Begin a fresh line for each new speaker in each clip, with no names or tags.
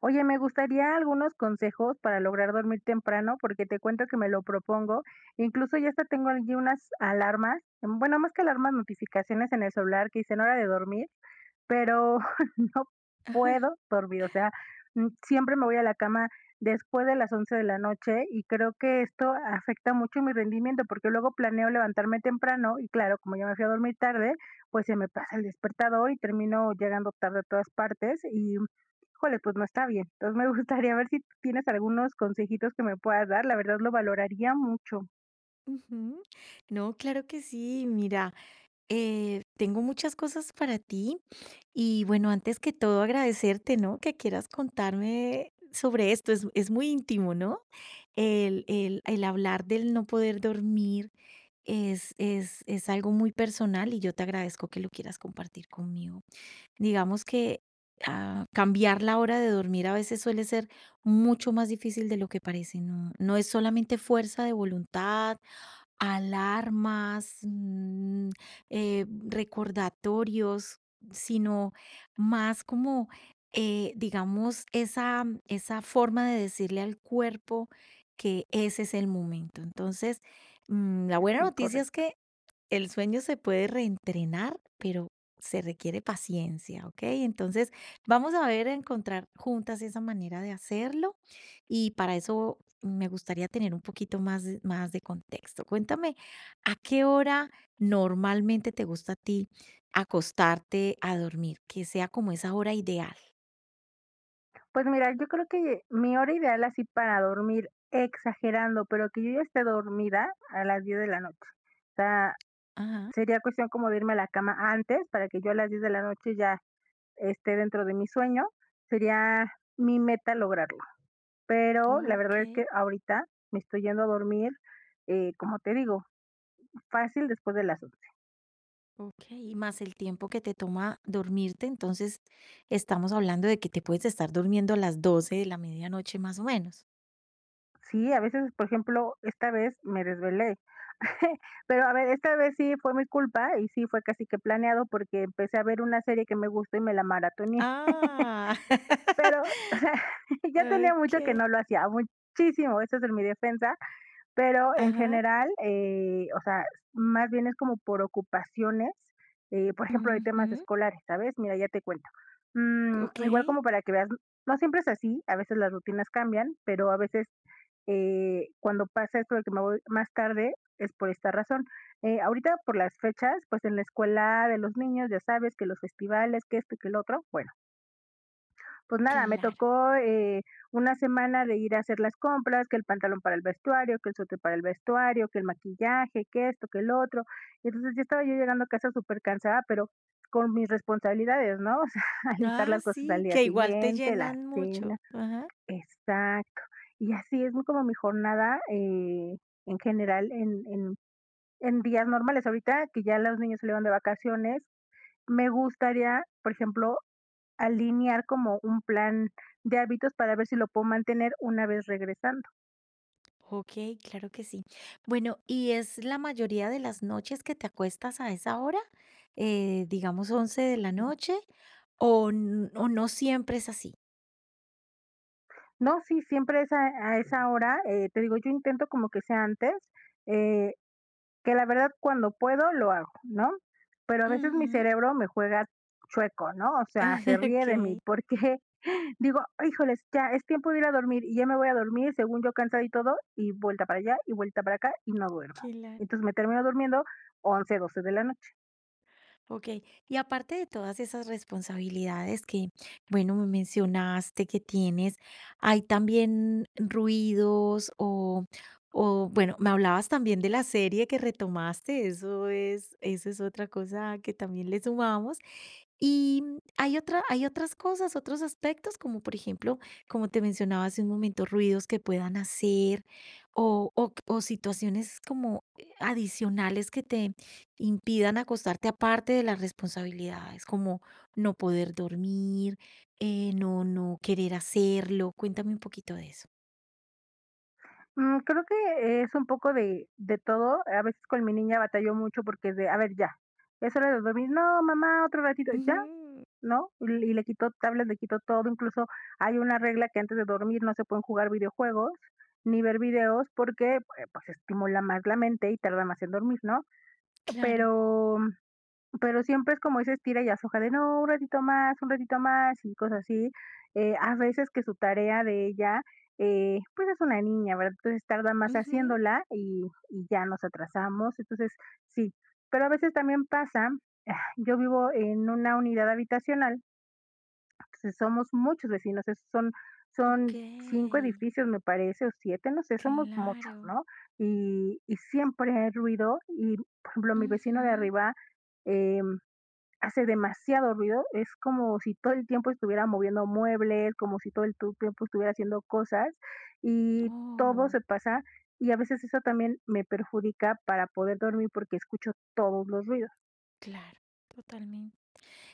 Oye, me gustaría algunos consejos para lograr dormir temprano, porque te cuento que me lo propongo. Incluso ya hasta tengo allí unas alarmas, bueno, más que alarmas, notificaciones en el celular que dicen hora de dormir. Pero no puedo dormir, o sea, siempre me voy a la cama después de las 11 de la noche y creo que esto afecta mucho mi rendimiento porque luego planeo levantarme temprano y claro, como yo me fui a dormir tarde, pues se me pasa el despertador y termino llegando tarde a todas partes y, híjole, pues no está bien. Entonces me gustaría ver si tú tienes algunos consejitos que me puedas dar, la verdad lo valoraría mucho.
Ujú. No, claro que sí. Mira, tengo muchas cosas para ti y bueno, antes que todo agradecerte, ¿no? Que quieras contarme sobre esto. Es muy íntimo, ¿no? El hablar del no poder dormir es algo muy personal y yo te agradezco que lo quieras compartir conmigo. Digamos que cambiar la hora de dormir a veces suele ser mucho más difícil de lo que parece, ¿no? No es solamente fuerza de voluntad alarmas, recordatorios, sino más como, digamos, esa forma de decirle al cuerpo que ese es el momento. Entonces, la buena
Sí,
noticia es
correcto.
que el sueño se puede reentrenar, pero se requiere paciencia, ¿ok? Entonces, vamos a ver, a encontrar juntas esa manera de hacerlo y para eso me gustaría tener un poquito más de contexto. Cuéntame, ¿a qué hora normalmente te gusta a ti acostarte a dormir? Que sea como esa hora ideal.
Pues mira, yo creo que mi hora ideal así para dormir, exagerando, pero que yo ya esté dormida a las 10 de la noche. O sea,
Ajá.
sería cuestión como de irme a la cama antes para que yo a las 10 de la noche ya esté dentro de mi sueño. Sería mi meta lograrlo. Pero la
Ok,
verdad es que ahorita me estoy yendo a dormir, como te digo, fácil después de las.
ok. Y más el tiempo que te toma dormirte. Entonces, estamos hablando de que te puedes estar durmiendo a las 12 de la medianoche más o menos.
Sí, a veces, por ejemplo, esta vez me desvelé. Pero a ver, esta vez sí fue mi culpa y sí fue casi que planeado porque empecé a ver una serie que me gustó y me la maratoneé.
Ah,
Pero, o sea, ya tenía mucho que
ok.
no lo hacía, muchísimo, eso es en mi defensa, pero en
Ajá.
general, o sea, más bien es como por ocupaciones, por ejemplo, de temas
Ujú.
escolares, ¿sabes? Mira, ya te cuento.
Ok,
Igual como para que veas, no siempre es así, a veces las rutinas cambian, pero a veces cuando pasa esto de que me voy más tarde es por esta razón. Ahorita por las fechas, pues en la escuela de los niños, ya sabes que los festivales, que esto y que el otro, bueno. Pues nada, me
claro.
tocó, una semana de ir a hacer las compras, que el pantalón para el vestuario, que el suéter para el vestuario, que el maquillaje, que esto, que el otro. Y entonces, ya estaba yo llegando a casa súper cansada, pero con mis responsabilidades, ¿no? O sea, alistar
Ah,
las cosas al
sí,
día
que igual te
siguiente, la
llenan mucho.
cena.
Ajá.
Exacto. Y así es muy como mi jornada, en general en días normales. Ahorita que ya los niños salieron de vacaciones, me gustaría, por ejemplo, alinear como un plan de hábitos para ver si lo puedo mantener una vez regresando.
Okey, claro que sí. Bueno, ¿y es la mayoría de las noches que te acuestas a esa hora? Digamos 11 de la noche, ¿o n o no siempre es así?
No, sí, siempre es a esa hora, te digo, yo intento como que sea antes, eh, que la verdad cuando puedo lo hago, ¿no? Pero a veces mi
Ujú.
cerebro me juega chueco, ¿no? O sea, se ríe de mí
Okey,
porque digo, híjoles, ya es tiempo de ir a dormir y ya me voy a dormir según yo cansada y todo, y vuelta para allá y vuelta para acá y no duermo.
claro.
Entonces me termino durmiendo 11, 12 de la noche.
Ok, y aparte de todas esas responsabilidades que, bueno, me mencionaste que tienes, hay también ruidos bueno, me hablabas también de la serie que retomaste, eso es otra cosa que también le sumamos. Y hay otras cosas, otros aspectos, como por ejemplo, como te mencionaba hace un momento, ruidos que puedan hacer o situaciones como adicionales que te impidan acostarte aparte de las responsabilidades, como no poder dormir, no querer hacerlo. Cuéntame un poquito de eso.
Creo que es un poco de todo. A veces con mi niña batalló mucho porque es de: "A ver, ya, es hora de dormir". "No, mamá, otro ratito", "Ya",
Ujú,
¿no? Y le quitó tablets, le quitó todo. Incluso hay una regla que antes de dormir no se pueden jugar videojuegos ni ver videos porque, pues, estimula más la mente y tarda más en dormir, ¿no?
claro.
Pero pero siempre es como ese estira y afloja de: "No, un ratito más", y cosas así. A veces que su tarea de ella, pues, es una niña, ¿verdad? Entonces, tarda más
Ujú,
haciéndola y ya nos atrasamos. Entonces, sí. Pero a veces también pasa, yo vivo en una unidad habitacional, entonces somos muchos vecinos, es son son 5
okey,
edificios, me parece, o 7 no sé, somos muchos,
claro.
¿no? Y siempre hay ruido y, por ejemplo, mi vecino de
Ujú.
arriba, em hace demasiado ruido, es como si todo el tiempo estuviera moviendo muebles, como si todo el tiempo estuviera haciendo cosas y todo
Oh,
se pasa y a veces eso también me perjudica para poder dormir porque escucho todos los ruidos.
claro, totalmente.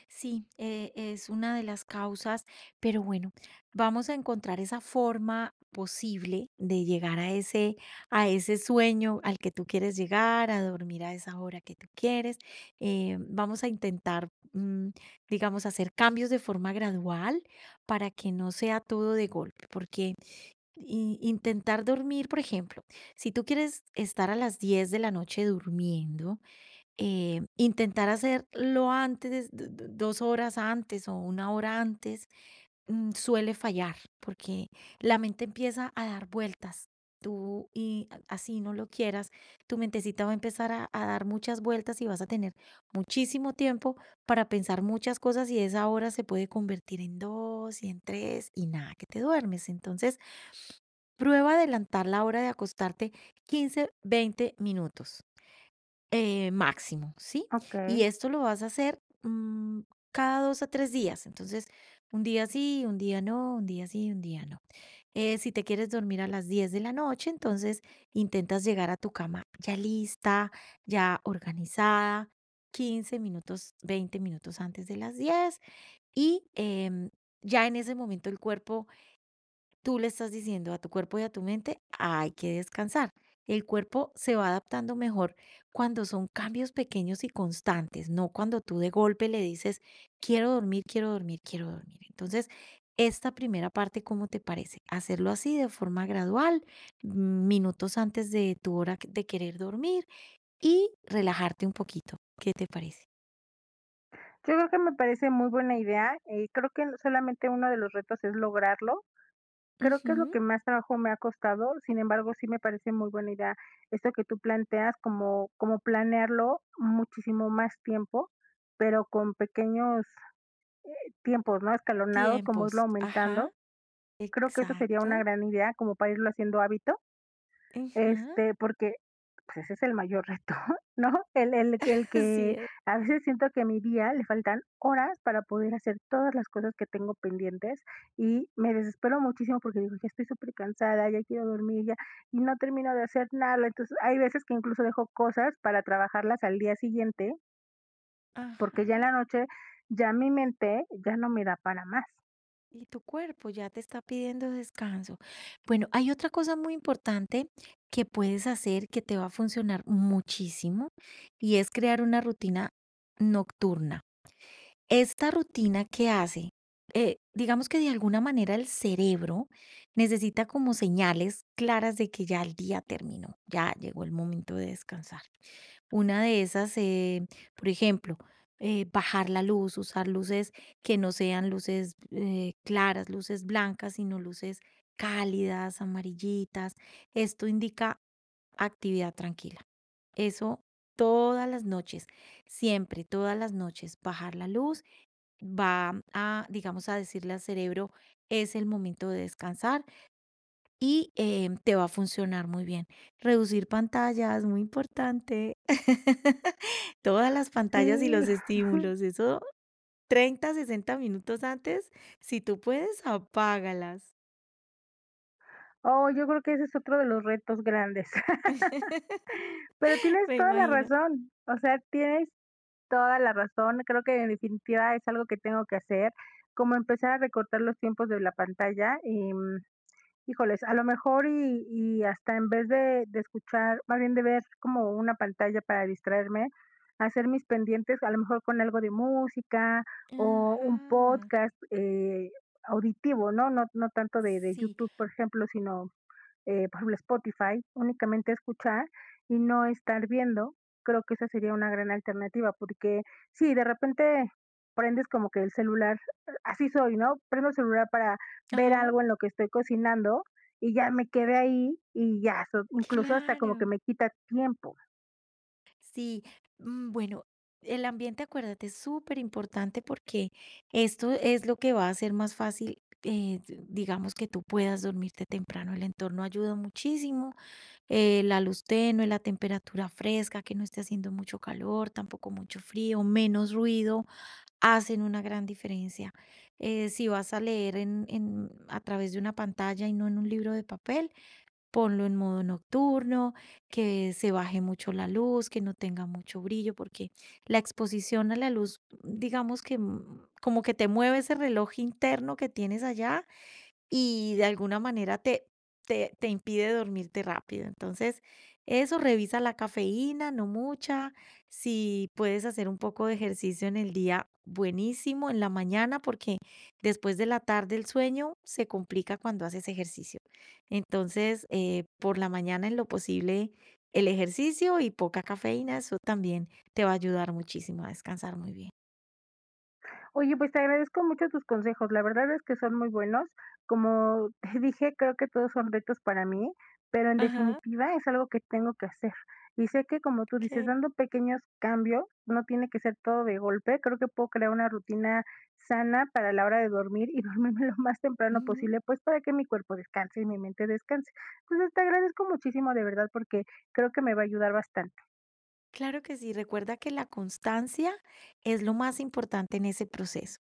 Sí, es una de las causas, pero bueno, vamos a encontrar esa forma posible de llegar a ese sueño al que tú quieres llegar, a dormir a esa hora que tú quieres. Vamos a intentar, digamos, hacer cambios de forma gradual para que no sea todo de golpe, porque intentar dormir, por ejemplo, si tú quieres estar a las 10 de la noche durmiendo, intentar hacerlo antes, 2 horas antes o 1 hora antes, suele fallar porque la mente empieza a dar vueltas. Tú, y así no lo quieras, tu mentecita va a empezar a dar muchas vueltas y vas a tener muchísimo tiempo para pensar muchas cosas y esa hora se puede convertir en dos y en tres y nada, que te duermes. Entonces, prueba adelantar la hora de acostarte 15, 20 minutos máximo, ¿sí?
Ok,
Y esto lo vas a hacer cada 2 a 3 días. Entonces, un día sí, un día no, un día sí, un día no. Si te quieres dormir a las 10 de la noche, entonces intentas llegar a tu cama ya lista, ya organizada, 15 minutos, 20 minutos antes de las 10 y ya en ese momento el cuerpo tú le estás diciendo a tu cuerpo y a tu mente, hay que descansar. El cuerpo se va adaptando mejor cuando son cambios pequeños y constantes, no cuando tú de golpe le dices, quiero dormir, quiero dormir, quiero dormir. Entonces, esta primera parte, ¿cómo te parece? Hacerlo así de forma gradual, minutos antes de tu hora de querer dormir y relajarte un poquito. ¿Qué te parece?
yo creo que me parece muy buena idea. Creo que solamente uno de los retos es lograrlo. Creo que es lo
Ujú,
que más trabajo me ha costado. Sin embargo, sí me parece muy buena idea esto que tú planteas, como planearlo muchísimo más tiempo, pero con pequeños tiempos, ¿no?, escalonados, como
tiempos.
irlo
Ajá.
aumentando. Creo que eso sería una
Exacto.
gran idea como para irlo haciendo hábito,
Ajá.
este, porque, pues, ese es el mayor reto, ¿no? El
Así
que
es.
a veces siento que a mi día le faltan horas para poder hacer todas las cosas que tengo pendientes, y me desespero muchísimo porque digo: "Ya estoy súper cansada ya quiero dormir, ya", y no termino de hacer nada. Entonces, hay veces que incluso dejo cosas para trabajarlas al día siguiente,
Ajá.
porque ya en la noche, ya mi mente ya no me da para más.
Y tu cuerpo ya te está pidiendo descanso. Bueno, hay otra cosa muy importante que puedes hacer que te va a funcionar muchísimo y es crear una rutina nocturna. Esta rutina, ¿que hace? Digamos que de alguna manera el cerebro necesita como señales claras de que ya el día terminó, ya llegó el momento de descansar. Una de esas, por ejemplo, bajar la luz, usar luces que no sean luces claras, luces blancas, sino luces cálidas, amarillitas. Esto indica actividad tranquila. Eso todas las noches, siempre, todas las noches, bajar la luz va a, digamos, a decirle al cerebro, es el momento de descansar y te va a funcionar muy bien. Reducir pantallas, muy importante. Todas las pantallas y
Sí.
los estímulos, eso 30 60 minutos antes, si tú puedes, apágalas.
Oh, yo creo que ese es otro de los retos grandes. Pero tienes
Me
toda la
imagino.
razón, o sea, tienes toda la razón. Creo que en definitiva es algo que tengo que hacer, como empezar a recortar los tiempos de la pantalla y, híjoles, a lo mejor y hasta en vez de escuchar, más bien de ver como una pantalla para distraerme, hacer mis pendientes, a lo mejor con algo de música o un
Ajá,
podcast, auditivo, ¿no? No no tanto de
sí,
YouTube, por ejemplo, sino por ejemplo, Spotify, únicamente escuchar y no estar viendo, creo que esa sería una gran alternativa, porque sí, de repente prendes como que el celular, así soy, ¿no? Prendo el celular para ver
ajá,
algo en lo que estoy cocinando y ya me quedé ahí y ya, incluso hasta como que
claro.
me quita tiempo.
Sí, bueno, el ambiente, acuérdate, es súper importante porque esto es lo que va a hacer más fácil, digamos, que tú puedas dormirte temprano. El entorno ayuda muchísimo, la luz tenue, la temperatura fresca, que no esté haciendo mucho calor, tampoco mucho frío, menos ruido, hacen una gran diferencia. Si vas a leer en, a través de una pantalla y no en un libro de papel, ponlo en modo nocturno, que se baje mucho la luz, que no tenga mucho brillo, porque la exposición a la luz, digamos que como que te mueve ese reloj interno que tienes allá y de alguna manera te impide dormirte rápido. Entonces, eso, revisa la cafeína, no mucha. Si puedes hacer un poco de ejercicio en el día, buenísimo, en la mañana, porque después de la tarde el sueño se complica cuando haces ejercicio. Entonces, por la mañana en lo posible, el ejercicio y poca cafeína, eso también te va a ayudar muchísimo a descansar muy bien.
Oye, pues te agradezco mucho tus consejos. La verdad es que son muy buenos. Como te dije, creo que todos son retos para mí, pero en definitiva es algo que tengo que hacer. Y sé que, como tú dices,
Ok.
dando pequeños cambios, no tiene que ser todo de golpe. Creo que puedo crear una rutina sana para la hora de dormir y dormirme lo más temprano
Ujú.
posible, pues para que mi cuerpo descanse y mi mente descanse. Entonces, te agradezco muchísimo de verdad porque creo que me va a ayudar bastante.
Claro que sí, recuerda que la constancia es lo más importante en ese proceso.